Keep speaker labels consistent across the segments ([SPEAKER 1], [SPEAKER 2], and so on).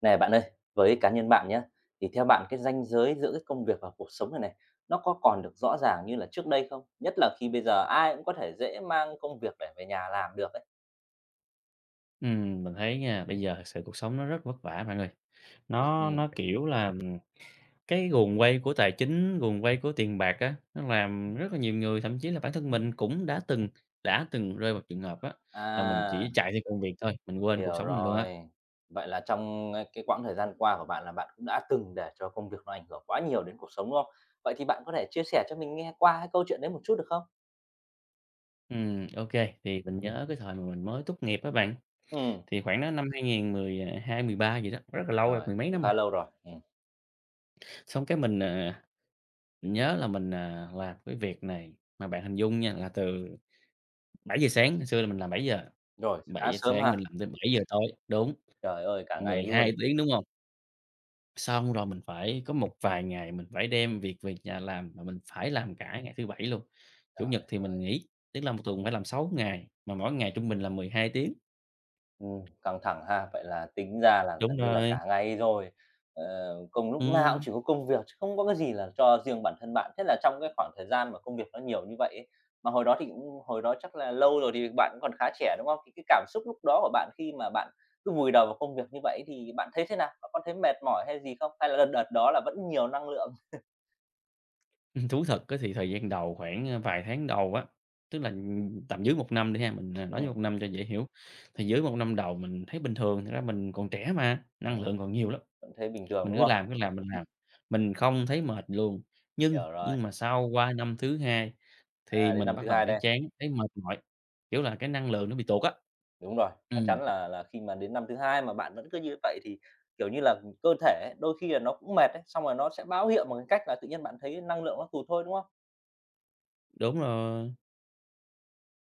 [SPEAKER 1] Này bạn ơi, với cá nhân bạn nhé, thì theo bạn cái ranh giới giữa cái công việc và cuộc sống này này, nó có còn được rõ ràng như là trước đây không? Nhất là khi bây giờ ai cũng có thể dễ mang công việc để về nhà làm được ấy.
[SPEAKER 2] Mình thấy nha, bây giờ thực sự cuộc sống nó rất vất vả mọi người. Nó
[SPEAKER 1] Ừ.
[SPEAKER 2] nó, kiểu là, cái guồng quay của tài chính, guồng quay của tiền bạc á, nó làm rất là nhiều người, thậm chí là bản thân mình cũng đã từng rơi vào trường hợp á, là mình
[SPEAKER 1] À,
[SPEAKER 2] chỉ chạy theo công việc thôi, mình quên cuộc
[SPEAKER 1] hiểu
[SPEAKER 2] sống mình luôn á.
[SPEAKER 1] rồi. Vậy là trong, cái quãng thời gian qua của bạn là bạn cũng đã từng để cho công việc nó ảnh hưởng quá nhiều đến cuộc sống, đúng không? Vậy thì bạn có thể chia sẻ cho mình nghe qua cái câu chuyện đấy một chút được không?
[SPEAKER 2] Ô Thì mình nhớ cái thời mà mình mới tốt nghiệp á bạn,
[SPEAKER 1] Ừ,
[SPEAKER 2] thì khoảng đó năm hai không một hai mười ba gì đó, rất là lâu rồi,
[SPEAKER 1] rồi,
[SPEAKER 2] mười mấy
[SPEAKER 1] cũng
[SPEAKER 2] năm rồi.
[SPEAKER 1] khá lâu rồi. Ừ,
[SPEAKER 2] Xong cái mình, mình nhớ là mình, làm cái việc này mà bạn hình dung nha, là từ 7 giờ sáng, ngày xưa là mình làm bảy giờ
[SPEAKER 1] rồi, khá
[SPEAKER 2] bảy giờ
[SPEAKER 1] sớm
[SPEAKER 2] sáng
[SPEAKER 1] ha.
[SPEAKER 2] mình làm tới 7 giờ tối, đúng,
[SPEAKER 1] Trời ơi, cả ngày
[SPEAKER 2] 12
[SPEAKER 1] luôn.
[SPEAKER 2] tiếng, đúng hông? Xong rồi mình phải có một vài ngày mình phải đem việc về nhà làm mà mình phải làm cả ngày thứ Bảy luôn. Chủ nhật thì mình nghỉ, tức là một tuần phải làm 6 ngày, mà mỗi ngày trung bình là 12 tiếng.
[SPEAKER 1] Căng thẳng ha. Vậy là tính ra là
[SPEAKER 2] Đúng
[SPEAKER 1] gần như là
[SPEAKER 2] rồi.
[SPEAKER 1] cả ngày rồi, ờ, công lúc nào cũng
[SPEAKER 2] Ừm,
[SPEAKER 1] chỉ có công việc chứ không có cái gì là cho riêng bản thân bạn. Thế là trong cái khoảng thời gian mà công việc nó nhiều như vậy ấy, mà hồi đó thì cũng hồi đó chắc là lâu rồi thì bạn cũng còn khá trẻ, đúng không? Thì cái cảm xúc lúc đó của bạn khi mà bạn cứ vùi đầu vào công việc như vậy thì bạn thấy thế nào? Bạn có thấy mệt mỏi hay gì không? Hay là đợt đợt đó là vẫn nhiều năng lượng?
[SPEAKER 2] thú thật á thì thời gian đầu khoảng, vài tháng đầu á, tức là, tầm dưới một năm đi ha, mình, nói dưới
[SPEAKER 1] Ừm,
[SPEAKER 2] 1 năm cho dễ hiểu. Thì dưới một năm đầu mình thấy bình thường, thật ra mình còn trẻ mà, năng
[SPEAKER 1] ừm,
[SPEAKER 2] lượng còn nhiều lắm.
[SPEAKER 1] vẫn thấy bình thường,
[SPEAKER 2] Mình
[SPEAKER 1] đúng không?
[SPEAKER 2] cứ làm, mình không thấy mệt luôn. Nhưng
[SPEAKER 1] Hiểu rồi.
[SPEAKER 2] nhưng mà sau qua năm thứ hai thì
[SPEAKER 1] À, đến
[SPEAKER 2] mình
[SPEAKER 1] năm
[SPEAKER 2] bắt
[SPEAKER 1] thứ
[SPEAKER 2] đầu
[SPEAKER 1] hai
[SPEAKER 2] thấy
[SPEAKER 1] đây.
[SPEAKER 2] chán, thấy mệt mỏi, kiểu là, cái năng lượng nó bị tụt á.
[SPEAKER 1] Đúng rồi, chắc
[SPEAKER 2] Ừm,
[SPEAKER 1] chắn là khi mà đến năm thứ hai mà bạn vẫn cứ như vậy thì, kiểu như là, cơ thể ấy, đôi khi là nó cũng mệt ấy, xong rồi nó sẽ báo hiệu bằng cái cách là tự nhiên bạn thấy năng lượng nó tụt thôi, đúng không?
[SPEAKER 2] đúng rồi,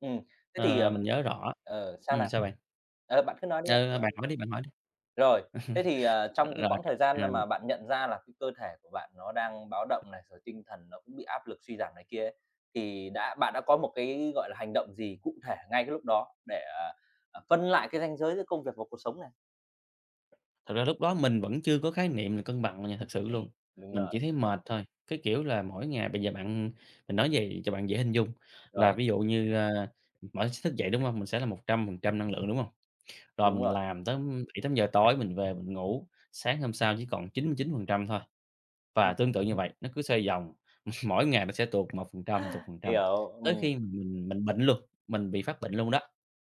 [SPEAKER 1] Ừ, thế thì,
[SPEAKER 2] ờ, mình nhớ rõ.
[SPEAKER 1] ờ, sao nào?
[SPEAKER 2] Sao bạn?
[SPEAKER 1] Ờ, bạn cứ nói đi, bạn cứ
[SPEAKER 2] Ờ,
[SPEAKER 1] nói
[SPEAKER 2] bạn
[SPEAKER 1] đi.
[SPEAKER 2] hỏi đi, bạn hỏi đi.
[SPEAKER 1] Rồi, thế thì, ờ, trong cái
[SPEAKER 2] Rồi,
[SPEAKER 1] quãng thời gian
[SPEAKER 2] ờ,
[SPEAKER 1] mà bạn nhận ra là cái cơ thể của bạn nó đang báo động này, rồi tinh thần nó cũng bị áp lực suy giảm này kia ấy, thì bạn đã có một cái, gọi là, hành động gì cụ thể ngay cái lúc đó để, phân lại cái ranh giới giữa công việc và cuộc sống này?
[SPEAKER 2] thật ra lúc đó mình vẫn chưa có khái niệm là cân bằng nha, thật sự luôn.
[SPEAKER 1] Đúng
[SPEAKER 2] Mình chỉ
[SPEAKER 1] rồi,
[SPEAKER 2] thấy mệt thôi, cái kiểu là mỗi ngày bây giờ bạn mình nói vậy cho bạn dễ hình dung là
[SPEAKER 1] rồi,
[SPEAKER 2] ví dụ như, mỗi thức dậy, đúng hông? Mình sẽ là 100% năng lượng, đúng hông? Rồi
[SPEAKER 1] đúng
[SPEAKER 2] mình
[SPEAKER 1] rồi.
[SPEAKER 2] làm tới bảy tám giờ tối mình về mình ngủ, sáng hôm sau chỉ còn chín chín mươi chín phần trăm thôi. Và
[SPEAKER 1] Ừm,
[SPEAKER 2] tương tự như vậy, nó cứ xoay vòng, mỗi ngày nó sẽ tụt phần trăm,
[SPEAKER 1] hiểu,
[SPEAKER 2] tới khi mà mình bệnh luôn, mình bị phát bệnh luôn đó.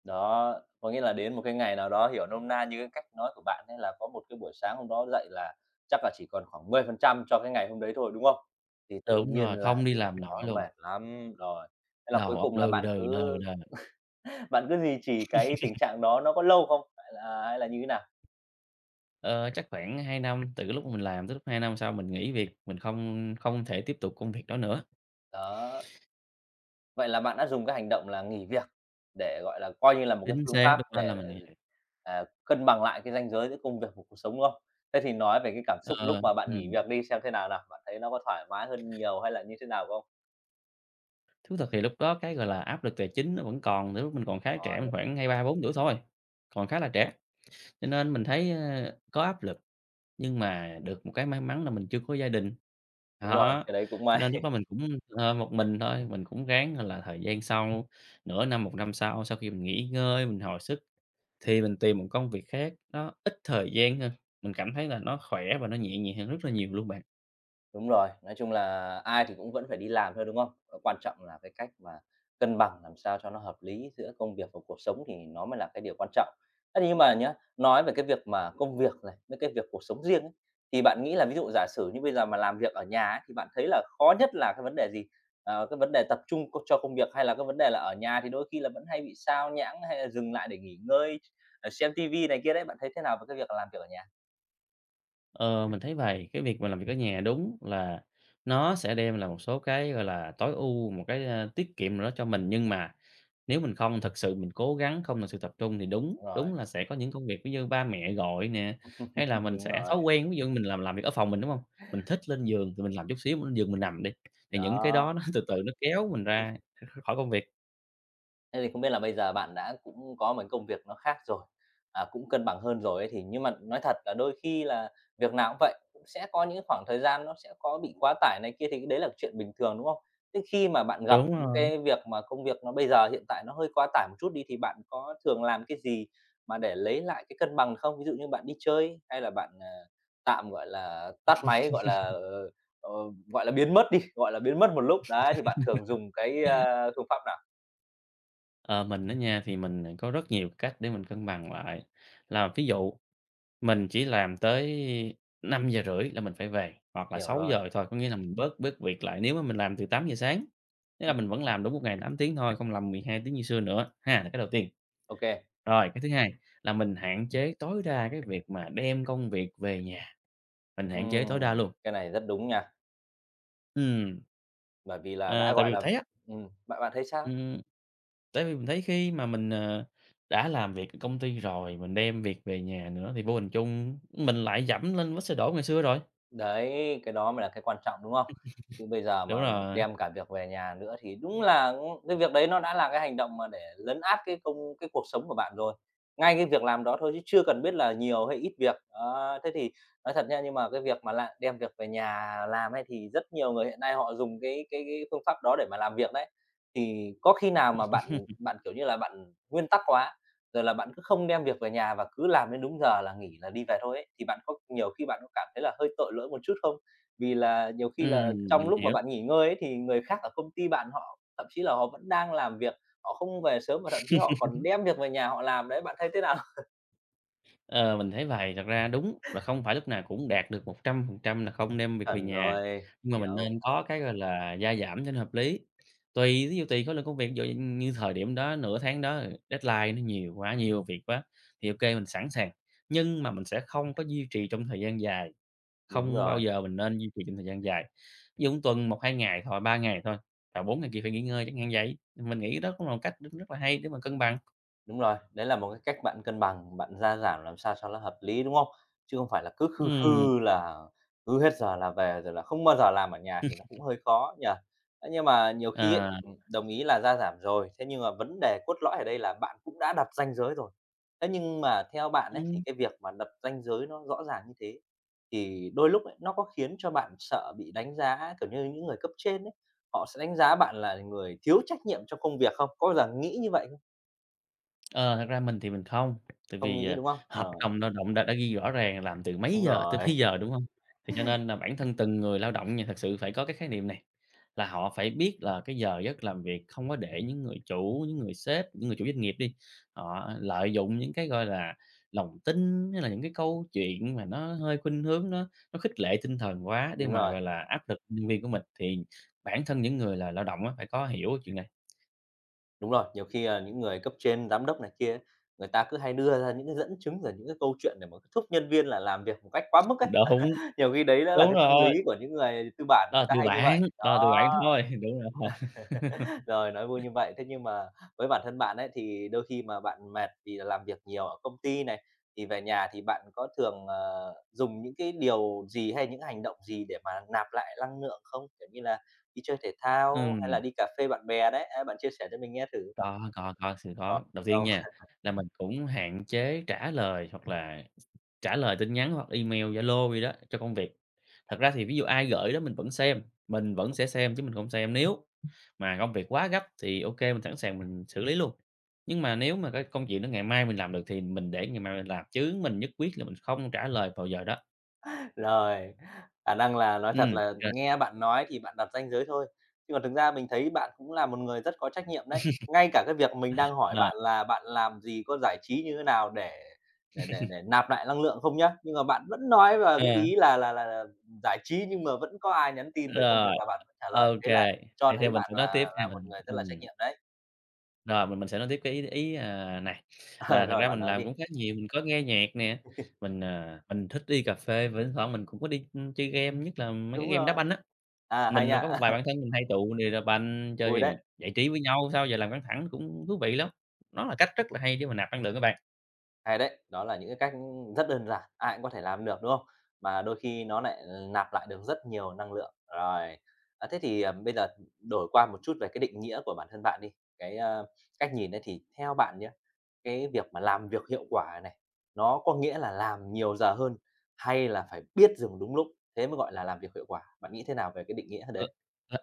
[SPEAKER 1] đó, có nghĩa là đến một cái ngày nào đó, hiểu nôm na như cái cách nói của bạn ấy là có một cái buổi sáng hôm đó dậy là chắc là chỉ còn khoảng 10% cho cái ngày hôm đấy thôi, đúng không? Thì
[SPEAKER 2] Ừ,
[SPEAKER 1] tự
[SPEAKER 2] đúng
[SPEAKER 1] nhiên
[SPEAKER 2] rồi,
[SPEAKER 1] là
[SPEAKER 2] không đi
[SPEAKER 1] tự
[SPEAKER 2] làm
[SPEAKER 1] mình
[SPEAKER 2] nổi
[SPEAKER 1] nó
[SPEAKER 2] luôn,
[SPEAKER 1] mệt lắm, rồi, thế là cuối
[SPEAKER 2] đầu óc
[SPEAKER 1] cùng là
[SPEAKER 2] lừ
[SPEAKER 1] bạn
[SPEAKER 2] đừ, lừ
[SPEAKER 1] cứ
[SPEAKER 2] đừ.
[SPEAKER 1] bạn cứ duy trì cái tình trạng đó nó có lâu không? Hay là như thế nào?
[SPEAKER 2] Ờ, chắc khoảng 2 năm, từ lúc mình làm tới lúc 2 năm sau mình nghỉ việc, mình không không thể tiếp tục công việc đó nữa.
[SPEAKER 1] Đó. Vậy là bạn đã dùng cái hành động là nghỉ việc để, gọi là, coi như là một cái
[SPEAKER 2] Chính
[SPEAKER 1] phương
[SPEAKER 2] xác,
[SPEAKER 1] pháp
[SPEAKER 2] lúc đó
[SPEAKER 1] để
[SPEAKER 2] là mình
[SPEAKER 1] để,
[SPEAKER 2] nghỉ.
[SPEAKER 1] để, à, cân bằng lại cái ranh giới giữa công việc và cuộc sống, đúng không? Thế thì nói về cái cảm xúc lúc
[SPEAKER 2] Ờ,
[SPEAKER 1] mà bạn nghỉ
[SPEAKER 2] ừm.
[SPEAKER 1] việc đi xem thế nào nào? Bạn thấy nó có thoải mái hơn nhiều hay là như thế nào không?
[SPEAKER 2] Thú thật thì lúc đó cái, gọi là, áp lực tài chính nó vẫn còn, từ lúc mình còn khá trẻ,
[SPEAKER 1] Còn
[SPEAKER 2] mình khoảng hai ba bốn tuổi thôi, còn khá là trẻ, cho nên mình thấy, có áp lực. Nhưng mà được một cái may mắn là mình chưa có gia đình,
[SPEAKER 1] đúng rồi,
[SPEAKER 2] đó,
[SPEAKER 1] cái đấy cũng
[SPEAKER 2] cho nên
[SPEAKER 1] may.
[SPEAKER 2] lúc đó mình cũng, một mình thôi, mình cũng ráng, là, thời gian sau, nửa năm, một năm sau, sau khi mình nghỉ ngơi, mình hồi sức thì mình tìm một công việc khác, nó ít thời gian hơn, mình cảm thấy là nó khỏe và nó nhẹ nhàng hơn rất là nhiều luôn bạn.
[SPEAKER 1] Đúng rồi, nói chung là ai thì cũng vẫn phải đi làm thôi, đúng không? Ờ, quan trọng là cái cách mà cân bằng làm sao cho nó hợp lý giữa công việc và cuộc sống thì nó mới là cái điều quan trọng. Thế thì nhưng mà nhá, nói về cái việc mà công việc này, với cái việc cuộc sống riêng ấy, thì bạn nghĩ là ví dụ giả sử như bây giờ mà làm việc ở nhà ấy, thì bạn thấy là khó nhất là cái vấn đề gì? Ờ, cái vấn đề tập trung co cho công việc hay là cái vấn đề là ở nhà thì đôi khi là vẫn hay bị sao nhãng hay là dừng lại để nghỉ ngơi, ờ, xem tivi này kia đấy, bạn thấy thế nào về cái việc làm việc ở nhà?
[SPEAKER 2] Ờ, mình thấy vậy cái việc mà làm việc ở nhà đúng là nó sẽ đem là một số cái, gọi là, tối ưu, một cái, tiết kiệm nào đó cho mình, nhưng mà nếu mình không thật sự mình cố gắng, không thật sự tập trung thì đúng,
[SPEAKER 1] Đúng rồi,
[SPEAKER 2] đúng là sẽ có những công việc ví như ba mẹ gọi nè, hay là mình
[SPEAKER 1] đúng
[SPEAKER 2] sẽ thói
[SPEAKER 1] rồi,
[SPEAKER 2] quen, ví dụ mình làm việc ở phòng mình, đúng không? Mình thích lên giường thì mình làm chút xíu, mình lên giường mình nằm đi, thì những cái
[SPEAKER 1] đó.
[SPEAKER 2] đó nó từ từ nó kéo mình ra khỏi công việc.
[SPEAKER 1] Thế thì không biết là bây giờ bạn đã cũng có một cái công việc nó khác rồi, à, cũng cân bằng hơn rồi ấy, thì nhưng mà nói thật là đôi khi là việc nào cũng vậy, cũng sẽ có những khoảng thời gian nó sẽ có bị quá tải này kia thì cái đấy là chuyện bình thường, đúng không? Thế khi mà bạn gặp
[SPEAKER 2] Đúng
[SPEAKER 1] những
[SPEAKER 2] rồi.
[SPEAKER 1] cái việc mà công việc nó bây giờ hiện tại nó hơi quá tải một chút đi thì bạn có thường làm cái gì mà để lấy lại cái cân bằng không? Ví dụ như bạn đi chơi hay là bạn, à, tạm, gọi là, tắt máy, gọi là, ờ, gọi là, biến mất đi, gọi là, biến mất một lúc, đấy, thì bạn thường dùng cái, a, phương pháp nào?
[SPEAKER 2] Ờ, mình á nha, thì mình, có rất nhiều cách để mình cân bằng lại, là ví dụ mình chỉ làm tới 5 giờ rưỡi là mình phải về, hoặc là
[SPEAKER 1] Hiểu
[SPEAKER 2] sáu
[SPEAKER 1] rồi.
[SPEAKER 2] giờ thôi, có nghĩa là mình bớt bớt việc lại nếu mà mình làm từ 8 giờ sáng. Nghĩa là mình vẫn làm đúng một ngày 8 tiếng thôi, không làm 12 tiếng như xưa nữa ha, là cái đầu tiên.
[SPEAKER 1] OK.
[SPEAKER 2] Rồi, cái thứ hai là mình hạn chế tối đa cái việc mà đem công việc về nhà, mình hạn chế tối đa
[SPEAKER 1] Ừm,
[SPEAKER 2] luôn.
[SPEAKER 1] cái này rất đúng nha,
[SPEAKER 2] Ừm,
[SPEAKER 1] bởi vì là
[SPEAKER 2] ờ,
[SPEAKER 1] đã,
[SPEAKER 2] tại vì
[SPEAKER 1] gọi
[SPEAKER 2] mình
[SPEAKER 1] là
[SPEAKER 2] thấy á,
[SPEAKER 1] bạn bạn thấy sao?
[SPEAKER 2] ừm, tại vì mình thấy khi mà mình, đã làm việc ở công ty rồi, mình đem việc về nhà nữa thì vô hình chung mình lại giẫm lên vết xe đổ ngày xưa rồi.
[SPEAKER 1] Đấy, cái đó mới là cái quan trọng, đúng không? Chứ bây giờ
[SPEAKER 2] Đúng
[SPEAKER 1] mà
[SPEAKER 2] rồi,
[SPEAKER 1] đem cả việc về nhà nữa thì đúng là, cái việc đấy nó đã là cái hành động mà để lấn át cái cái cuộc sống của bạn rồi. Ngay cái việc làm đó thôi chứ chưa cần biết là nhiều hay ít việc. Đó, thế thì nói thật nha, nhưng mà cái việc mà lại đem việc về nhà làm ấy thì rất nhiều người hiện nay họ dùng cái phương pháp đó để mà làm việc đấy. Thì có khi nào mà bạn bạn, kiểu như là, bạn nguyên tắc quá, rồi là bạn cứ không đem việc về nhà và cứ làm đến đúng giờ là nghỉ là đi về thôi ấy, thì bạn có nhiều khi bạn có cảm thấy là hơi tội lỗi một chút không? Vì là nhiều khi
[SPEAKER 2] ừm,
[SPEAKER 1] là trong
[SPEAKER 2] mình
[SPEAKER 1] lúc mà
[SPEAKER 2] hiểu.
[SPEAKER 1] bạn nghỉ ngơi ấy, thì người khác ở công ty bạn họ thậm chí là họ vẫn đang làm việc, họ không về sớm và thậm chí họ còn đem việc về nhà họ làm đấy, bạn thấy thế nào?
[SPEAKER 2] Ờ, mình thấy vậy, thật ra đúng là không phải lúc nào cũng đạt được 100% là không đem việc về
[SPEAKER 1] Chuẩn
[SPEAKER 2] nhà,
[SPEAKER 1] rồi,
[SPEAKER 2] nhưng mà mình
[SPEAKER 1] hiểu,
[SPEAKER 2] nên có cái, gọi là, gia giảm cho nó hợp lý. Tùy, thí dụ tùy khối lượng công việc, ví dụ như thời điểm đó, nửa tháng đó deadline nó nhiều quá, nhiều việc quá thì ok mình sẵn sàng, nhưng mà mình sẽ không có duy trì trong thời gian dài,
[SPEAKER 1] đúng
[SPEAKER 2] không bao
[SPEAKER 1] rồi.
[SPEAKER 2] giờ mình nên duy trì trong thời gian dài. Ví dụ một tuần một 2 ngày thôi, 3 ngày thôi, và 4 ngày kia phải nghỉ ngơi chẳng hạn vậy. Mình nghĩ đó cũng là một cách rất rất là hay để mà cân bằng.
[SPEAKER 1] Đúng rồi, đấy là một cái cách bạn cân bằng, bạn gia giảm làm sao cho nó hợp lý, đúng không? Chứ không phải là cứ khư
[SPEAKER 2] Ừm,
[SPEAKER 1] khư là cứ hết giờ là về, rồi là không bao giờ làm ở nhà thì nó cũng hơi khó nhỉ? Thế nhưng mà nhiều khi ấy,
[SPEAKER 2] ờ.
[SPEAKER 1] đồng ý là gia giảm rồi, thế nhưng mà vấn đề cốt lõi ở đây là bạn cũng đã đặt ranh giới rồi. Thế nhưng mà theo bạn ấy, thì
[SPEAKER 2] Ừm.
[SPEAKER 1] cái việc mà đặt ranh giới nó rõ ràng như thế, thì đôi lúc ấy, nó có khiến cho bạn sợ bị đánh giá, kiểu như, những người cấp trên ấy, họ sẽ đánh giá bạn là người thiếu trách nhiệm trong công việc không? Có bao giờ nghĩ như vậy
[SPEAKER 2] Ờ, thật ra mình thì mình không, tại
[SPEAKER 1] không?
[SPEAKER 2] vì,
[SPEAKER 1] Nghĩ, đúng không?
[SPEAKER 2] hợp
[SPEAKER 1] Rồi,
[SPEAKER 2] đồng lao động đã ghi rõ ràng làm từ mấy
[SPEAKER 1] đúng
[SPEAKER 2] giờ tới
[SPEAKER 1] rồi,
[SPEAKER 2] mấy giờ, đúng hông? Thì cho nên là bản thân từng người lao động nha, thật sự phải có cái khái niệm này, là họ phải biết là cái giờ giấc làm việc không có để những người chủ, những người sếp, những người chủ doanh nghiệp đi, họ lợi dụng những cái, gọi là, lòng tin hay là những cái câu chuyện mà nó hơi khuynh hướng nó khích lệ tinh thần quá để
[SPEAKER 1] đúng
[SPEAKER 2] mà,
[SPEAKER 1] rồi,
[SPEAKER 2] gọi là, áp lực nhân viên của mình, thì bản thân những người là lao động á phải có hiểu cái chuyện này.
[SPEAKER 1] đúng rồi. Nhiều khi, à, những người cấp trên, giám đốc này kia ấy, người ta cứ hay đưa ra những cái dẫn chứng rồi những cái câu chuyện để mà thúc nhân viên là làm việc một cách quá mức ấy.
[SPEAKER 2] Đúng,
[SPEAKER 1] Nhiều khi đấy đã là
[SPEAKER 2] đúng
[SPEAKER 1] cái tâm
[SPEAKER 2] rồi.
[SPEAKER 1] lý của những người tư bản
[SPEAKER 2] Đó
[SPEAKER 1] người
[SPEAKER 2] là
[SPEAKER 1] ta
[SPEAKER 2] tư
[SPEAKER 1] hay như
[SPEAKER 2] bản,
[SPEAKER 1] vậy.
[SPEAKER 2] đó là tư bản
[SPEAKER 1] Đó.
[SPEAKER 2] thôi, đúng rồi.
[SPEAKER 1] Rồi, nói vui như vậy. Thế nhưng mà với bản thân bạn ấy, thì đôi khi mà bạn mệt vì là làm việc nhiều ở công ty này, thì về nhà thì bạn có thường, ờ, dùng những cái điều gì hay những hành động gì để mà nạp lại năng lượng không? Kiểu như là đi chơi thể thao hay là
[SPEAKER 2] Ừm,
[SPEAKER 1] đi cà phê bạn bè đấy, ấy, bạn chia sẻ cho mình nghe thử.
[SPEAKER 2] có, sự có. Đầu
[SPEAKER 1] Ờ.
[SPEAKER 2] tiên nha, là mình cũng hạn chế trả lời hoặc là trả lời tin nhắn hoặc email, Zalo gì đó cho công việc. Thật ra thì ví dụ ai gửi đó mình vẫn xem, mình vẫn sẽ xem chứ mình không xem nếu mà công việc quá gấp thì ok mình sẵn sàng mình xử lý luôn. Nhưng mà nếu mà cái công chuyện đó ngày mai mình làm được thì mình để ngày mai mình làm, chứ mình nhất quyết là mình không trả lời vào giờ đó.
[SPEAKER 1] Rồi, khả năng là nói
[SPEAKER 2] Ừ,
[SPEAKER 1] thật là
[SPEAKER 2] ờ,
[SPEAKER 1] nghe bạn nói thì bạn đặt ranh giới thôi, nhưng còn thực ra mình thấy bạn cũng là một người rất có trách nhiệm đấy. Ngay cả cái việc mình đang hỏi
[SPEAKER 2] ờ,
[SPEAKER 1] bạn là bạn làm gì, có giải trí như thế nào để nạp lại năng lượng không nhá, nhưng mà bạn vẫn nói vào cái
[SPEAKER 2] ờ,
[SPEAKER 1] ý là giải trí nhưng mà vẫn có ai nhắn tin về công việc
[SPEAKER 2] rồi.
[SPEAKER 1] là bạn vẫn trả lời,
[SPEAKER 2] OK,
[SPEAKER 1] thế là cho
[SPEAKER 2] thì theo
[SPEAKER 1] thấy
[SPEAKER 2] mình
[SPEAKER 1] bạn
[SPEAKER 2] sẽ nói tiếp nha,
[SPEAKER 1] là một
[SPEAKER 2] mình
[SPEAKER 1] người rất là trách nhiệm đấy.
[SPEAKER 2] rồi mình sẽ nói tiếp cái ý ý, à, này,
[SPEAKER 1] Ờ,
[SPEAKER 2] là thật
[SPEAKER 1] rồi,
[SPEAKER 2] ra
[SPEAKER 1] bạn
[SPEAKER 2] mình
[SPEAKER 1] nói
[SPEAKER 2] làm
[SPEAKER 1] đi.
[SPEAKER 2] cũng khá nhiều, mình có nghe nhạc nè, mình, mình thích đi cà phê và thỉnh thoảng mình cũng có đi, chơi game, nhất là mấy cái
[SPEAKER 1] Đúng
[SPEAKER 2] game đá banh
[SPEAKER 1] rồi.
[SPEAKER 2] á.
[SPEAKER 1] À, hay
[SPEAKER 2] Mình
[SPEAKER 1] nhạ.
[SPEAKER 2] có một vài bạn thân mình hay tụ đi đá banh, chơi
[SPEAKER 1] Vui đấy.
[SPEAKER 2] thì giải trí với nhau sau giờ làm căng thẳng cũng thú vị lắm. Nó là cách rất là hay để mà nạp năng lượng á bạn.
[SPEAKER 1] Hay đấy, đó là những cái cách rất đơn giản, ai cũng có thể làm được, đúng không? Mà đôi khi nó lại nạp lại được rất nhiều năng lượng. Rồi, bây giờ đổi qua một chút về cái định nghĩa của bản thân bạn đi, cái, a, cách nhìn ấy thì theo bạn nhé, cái việc mà làm việc hiệu quả này, nó có nghĩa là làm nhiều giờ hơn hay là phải biết dừng đúng lúc, thế mới gọi là làm việc hiệu quả? Bạn nghĩ thế nào về cái định nghĩa
[SPEAKER 2] Ờ,
[SPEAKER 1] đấy?
[SPEAKER 2] ờ,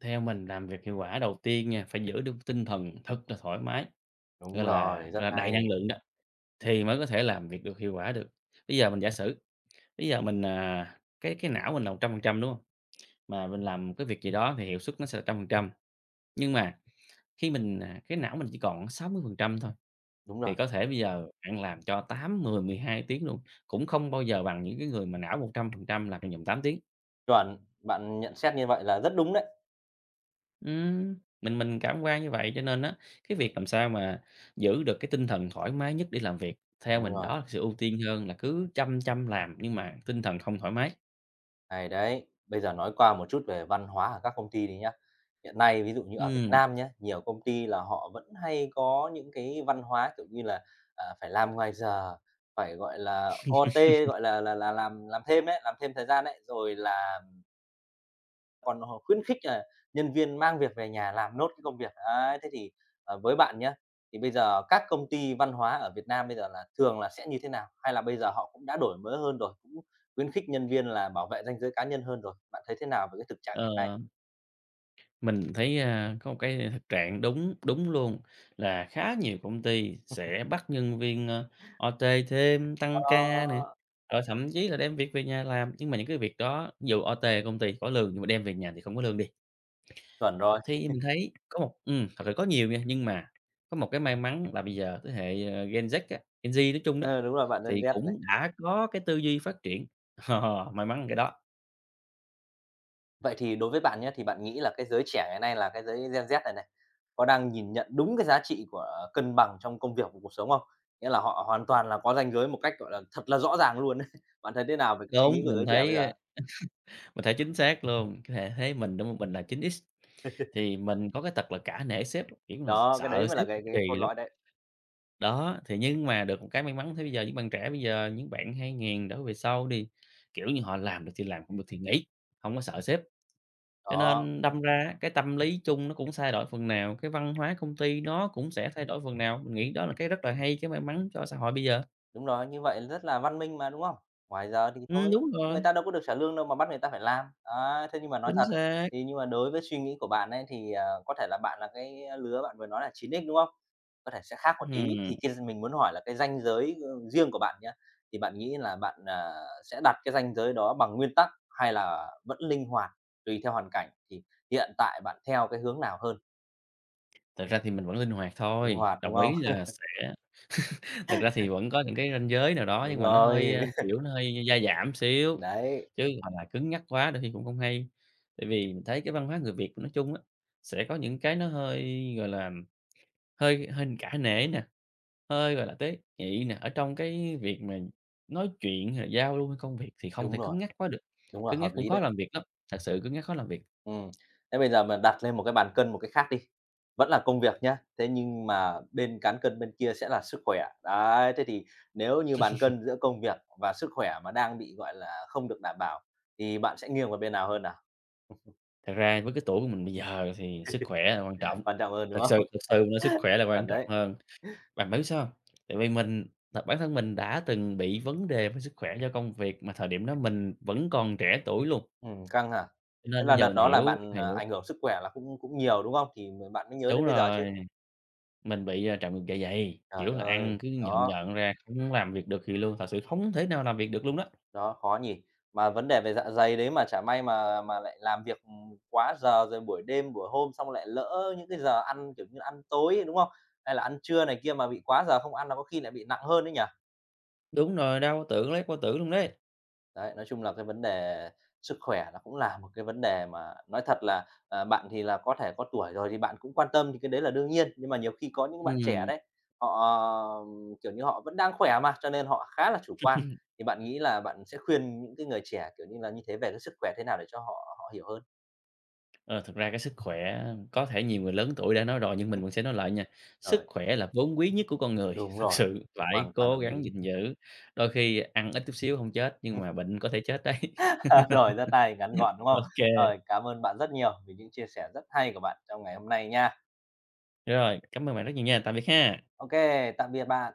[SPEAKER 2] theo mình làm việc hiệu quả đầu tiên nha, phải giữ được tinh thần thật là thoải mái,
[SPEAKER 1] Đúng rồi,
[SPEAKER 2] gọi
[SPEAKER 1] rất
[SPEAKER 2] là, đầy
[SPEAKER 1] hay.
[SPEAKER 2] năng lượng đó.
[SPEAKER 1] Ừm,
[SPEAKER 2] Thì mới có thể làm việc được hiệu quả được. Bây giờ mình giả sử, bây giờ mình, cái não mình là 100% đúng không? Mà mình làm một cái việc gì đó thì hiệu suất nó sẽ là trăm phần trăm. Nhưng mà khi mình, cái não mình chỉ còn 60% thôi,
[SPEAKER 1] Đúng rồi,
[SPEAKER 2] thì có thể bây giờ bạn làm cho tám, mười, 12 tiếng luôn, cũng không bao giờ bằng những cái người mà não 100% làm trong vòng 8 tiếng.
[SPEAKER 1] chuẩn, bạn nhận xét như vậy là rất đúng đấy.
[SPEAKER 2] Mình cảm quan như vậy, cho nên á, cái việc làm sao mà giữ được cái tinh thần thoải mái nhất để làm việc, theo
[SPEAKER 1] Đúng
[SPEAKER 2] mình
[SPEAKER 1] rồi.
[SPEAKER 2] đó là sự ưu tiên hơn là cứ chăm chăm làm nhưng mà tinh thần không thoải mái.
[SPEAKER 1] Hay đấy. Bây giờ nói qua một chút về văn hóa ở các công ty đi nhá. Hiện nay ví dụ như ở Việt
[SPEAKER 2] Ừm.
[SPEAKER 1] Nam nhá, nhiều công ty là họ vẫn hay có những cái văn hóa, kiểu như là, phải làm ngoài giờ, phải, gọi là, OT, gọi là là làm thêm đấy làm thêm thời gian ấy, rồi là còn họ khuyến khích là nhân viên mang việc về nhà làm nốt cái công việc. Đấy, với bạn nhá, thì bây giờ các công ty văn hóa ở Việt Nam bây giờ là thường là sẽ như thế nào? Hay là bây giờ họ cũng đã đổi mới hơn rồi, cũng khuyến khích nhân viên là bảo vệ ranh giới cá nhân hơn rồi? Bạn thấy thế nào về cái thực trạng hiện nay?
[SPEAKER 2] Ờ, mình thấy, có một cái thực trạng đúng đúng luôn, là khá nhiều công ty sẽ bắt nhân viên, tê thêm, tăng ca nè,
[SPEAKER 1] Ờ,
[SPEAKER 2] rồi thậm chí là đem việc về nhà làm. Nhưng mà những cái việc đó dù ô tê công ty có lương nhưng mà đem về nhà thì không có lương đi.
[SPEAKER 1] chuẩn rồi.
[SPEAKER 2] Thì mình thấy có một thật sự có nhiều nha, nhưng mà có một cái may mắn là bây giờ thế hệ, Gen Z á, Gen Z nói chung đó,
[SPEAKER 1] Ừ, đúng rồi, bạn Gen
[SPEAKER 2] thì
[SPEAKER 1] Z này.
[SPEAKER 2] cũng đã có cái tư duy phát triển. May mắn là cái đó.
[SPEAKER 1] Vậy thì đối với bạn nhé thì bạn nghĩ là cái giới trẻ ngày nay là cái giới Gen Z này này, có đang nhìn nhận đúng cái giá trị của cân bằng trong công việc và cuộc sống không? Nghĩa là họ hoàn toàn là có ranh giới một cách, gọi là, thật là rõ ràng luôn đấy. Bạn thấy thế nào về cái suy
[SPEAKER 2] Đúng,
[SPEAKER 1] nghĩ của
[SPEAKER 2] mình
[SPEAKER 1] giới trẻ bây
[SPEAKER 2] thấy
[SPEAKER 1] giờ?
[SPEAKER 2] mình thấy chính xác luôn, cái hệ thế mình đúng hông? Mình là 9X thì mình có cái tật là cả nể sếp, kiểu là,
[SPEAKER 1] Đó, cái đấy
[SPEAKER 2] sợ
[SPEAKER 1] mới là
[SPEAKER 2] sếp
[SPEAKER 1] cái
[SPEAKER 2] cực kỳ
[SPEAKER 1] cái cốt
[SPEAKER 2] luôn.
[SPEAKER 1] lõi đấy.
[SPEAKER 2] Đó, thì nhưng mà được một cái may mắn thế bây giờ những bạn trẻ bây giờ, những bạn 2000 đổ về sau đi, kiểu như, họ làm được thì làm, không được thì nghỉ, hông có sợ sếp. Cho
[SPEAKER 1] Đó.
[SPEAKER 2] nên đâm ra á cái tâm lý chung nó cũng thay đổi phần nào, cái văn hóa công ty nó cũng sẽ thay đổi phần nào. Mình nghĩ đó là cái rất là hay, cái may mắn cho xã hội bây giờ.
[SPEAKER 1] Đúng rồi, như vậy rất là văn minh mà, đúng không? Ngoài giờ thì thôi,
[SPEAKER 2] Đúng
[SPEAKER 1] người
[SPEAKER 2] rồi,
[SPEAKER 1] ta đâu có được trả lương đâu mà bắt người ta phải làm. Đấy, thế nhưng mà nói
[SPEAKER 2] chính
[SPEAKER 1] thật,
[SPEAKER 2] xác.
[SPEAKER 1] nhưng mà đối với suy nghĩ của bạn ấy thì, có thể là bạn là cái lứa bạn vừa nói là 9X, đúng không? Có thể sẽ khác một tí,
[SPEAKER 2] Ừm,
[SPEAKER 1] thì cái mình muốn hỏi là cái ranh giới, riêng của bạn nhé thì bạn nghĩ là bạn sẽ đặt cái ranh giới đó bằng nguyên tắc hay là vẫn linh hoạt tùy theo hoàn cảnh? Thì hiện tại bạn theo cái hướng nào hơn?
[SPEAKER 2] thực ra thì mình vẫn linh hoạt
[SPEAKER 1] Linh
[SPEAKER 2] thôi,
[SPEAKER 1] hoạt, đúng
[SPEAKER 2] đồng
[SPEAKER 1] không?
[SPEAKER 2] ý là sẽ thật ra thì vẫn có những cái ranh giới nào đó nhưng
[SPEAKER 1] Đúng
[SPEAKER 2] mà nó hơi,
[SPEAKER 1] rồi,
[SPEAKER 2] kiểu, nó hơi gia giảm xíu,
[SPEAKER 1] đấy,
[SPEAKER 2] chứ gọi là cứng nhắc quá đôi khi cũng không hay. Tại vì mình thấy cái văn hóa người Việt nói chung á, sẽ có những cái nó hơi, gọi là, hơi hơi cả nể nè, hơi, gọi là, tế nhị nè, ở trong cái việc mà nói chuyện hay là giao lưu hay công việc thì không
[SPEAKER 1] đúng
[SPEAKER 2] thể
[SPEAKER 1] rồi,
[SPEAKER 2] cứng nhắc quá được,
[SPEAKER 1] đúng rồi,
[SPEAKER 2] cứng nhắc
[SPEAKER 1] hợp
[SPEAKER 2] cũng
[SPEAKER 1] lý
[SPEAKER 2] khó
[SPEAKER 1] đấy.
[SPEAKER 2] làm việc lắm, thật sự cứng nhắc khó làm việc.
[SPEAKER 1] Ừm, thế bây giờ mình đặt lên một cái bàn cân một cái khác đi, vẫn là công việc nhá, thế nhưng mà bên cán cân bên kia sẽ là sức khỏe. Đấy, thế thì nếu như bàn cân giữa công việc và sức khỏe mà đang bị, gọi là, không được đảm bảo thì bạn sẽ nghiêng vào bên nào hơn nào?
[SPEAKER 2] Thật ra với cái tuổi của mình bây giờ thì sức khỏe là quan trọng,
[SPEAKER 1] Quan trọng hơn, đúng không?
[SPEAKER 2] thật sự là sức khỏe là quan
[SPEAKER 1] Chuẩn
[SPEAKER 2] trọng
[SPEAKER 1] đấy,
[SPEAKER 2] hơn. Bạn biết sao hông? Tại vì mình thật bản thân mình đã từng bị vấn đề về sức khỏe do công việc mà thời điểm đó mình vẫn còn trẻ tuổi luôn,
[SPEAKER 1] căng hả?
[SPEAKER 2] cho
[SPEAKER 1] Thế
[SPEAKER 2] nên bây
[SPEAKER 1] là
[SPEAKER 2] giờ
[SPEAKER 1] đợt
[SPEAKER 2] mình
[SPEAKER 1] đó là
[SPEAKER 2] hiểu
[SPEAKER 1] bạn
[SPEAKER 2] hiểu
[SPEAKER 1] ảnh hưởng sức khỏe là cũng cũng nhiều, đúng không? Thì bạn mới nhớ
[SPEAKER 2] Đúng
[SPEAKER 1] đến bây giờ chứ.
[SPEAKER 2] rồi, mình bị, trào ngược dạ dày,
[SPEAKER 1] Trời
[SPEAKER 2] kiểu là, ăn
[SPEAKER 1] ơi,
[SPEAKER 2] cứ nhợn
[SPEAKER 1] đó.
[SPEAKER 2] nhợn ra, không làm việc được gì luôn, thật sự không thể nào làm việc được luôn đó.
[SPEAKER 1] Đó, khó nhỉ? Mà vấn đề về dạ dày đấy mà chả may mà lại làm việc, ừ, quá giờ rồi buổi đêm, buổi hôm xong lại lỡ những cái giờ ăn, kiểu như, ăn tối, đúng không? Hay là ăn trưa này kia mà bị quá giờ không ăn là có khi lại bị nặng hơn đấy nhỉ?
[SPEAKER 2] Đúng rồi, đau tưởng lấy bao tưởng luôn đấy.
[SPEAKER 1] Đấy, nói chung là cái vấn đề sức khỏe nó cũng là một cái vấn đề mà nói thật là, bạn thì là có thể có tuổi rồi thì bạn cũng quan tâm thì cái đấy là đương nhiên, nhưng mà nhiều khi có những bạn trẻ
[SPEAKER 2] Ừm.
[SPEAKER 1] đấy, họ, kiểu như, họ vẫn đang khỏe mà, cho nên họ khá là chủ quan. Thì bạn nghĩ là bạn sẽ khuyên những cái người trẻ, kiểu như là, như thế về cái sức khỏe thế nào để cho họ họ hiểu hơn?
[SPEAKER 2] Ờ, thực ra cái sức khỏe có thể nhiều người lớn tuổi đã nói rồi nhưng mình vẫn sẽ nói lại nha. Sức
[SPEAKER 1] Rồi,
[SPEAKER 2] khỏe là vốn quý nhất của con người,
[SPEAKER 1] đúng
[SPEAKER 2] thật
[SPEAKER 1] rồi,
[SPEAKER 2] sự phải
[SPEAKER 1] hoàn toàn
[SPEAKER 2] cố
[SPEAKER 1] đồng
[SPEAKER 2] gắng
[SPEAKER 1] ý.
[SPEAKER 2] gìn giữ. Đôi khi ăn ít chút xíu không chết nhưng mà bệnh có thể chết đấy.
[SPEAKER 1] Rồi, rất hay, ngắn gọn, đúng không?
[SPEAKER 2] Ok
[SPEAKER 1] Rồi, cảm ơn bạn rất nhiều vì những chia sẻ rất hay của bạn trong ngày hôm nay nha.
[SPEAKER 2] rồi, cảm ơn bạn rất nhiều nha, tạm biệt ha.
[SPEAKER 1] Ok, tạm biệt bạn.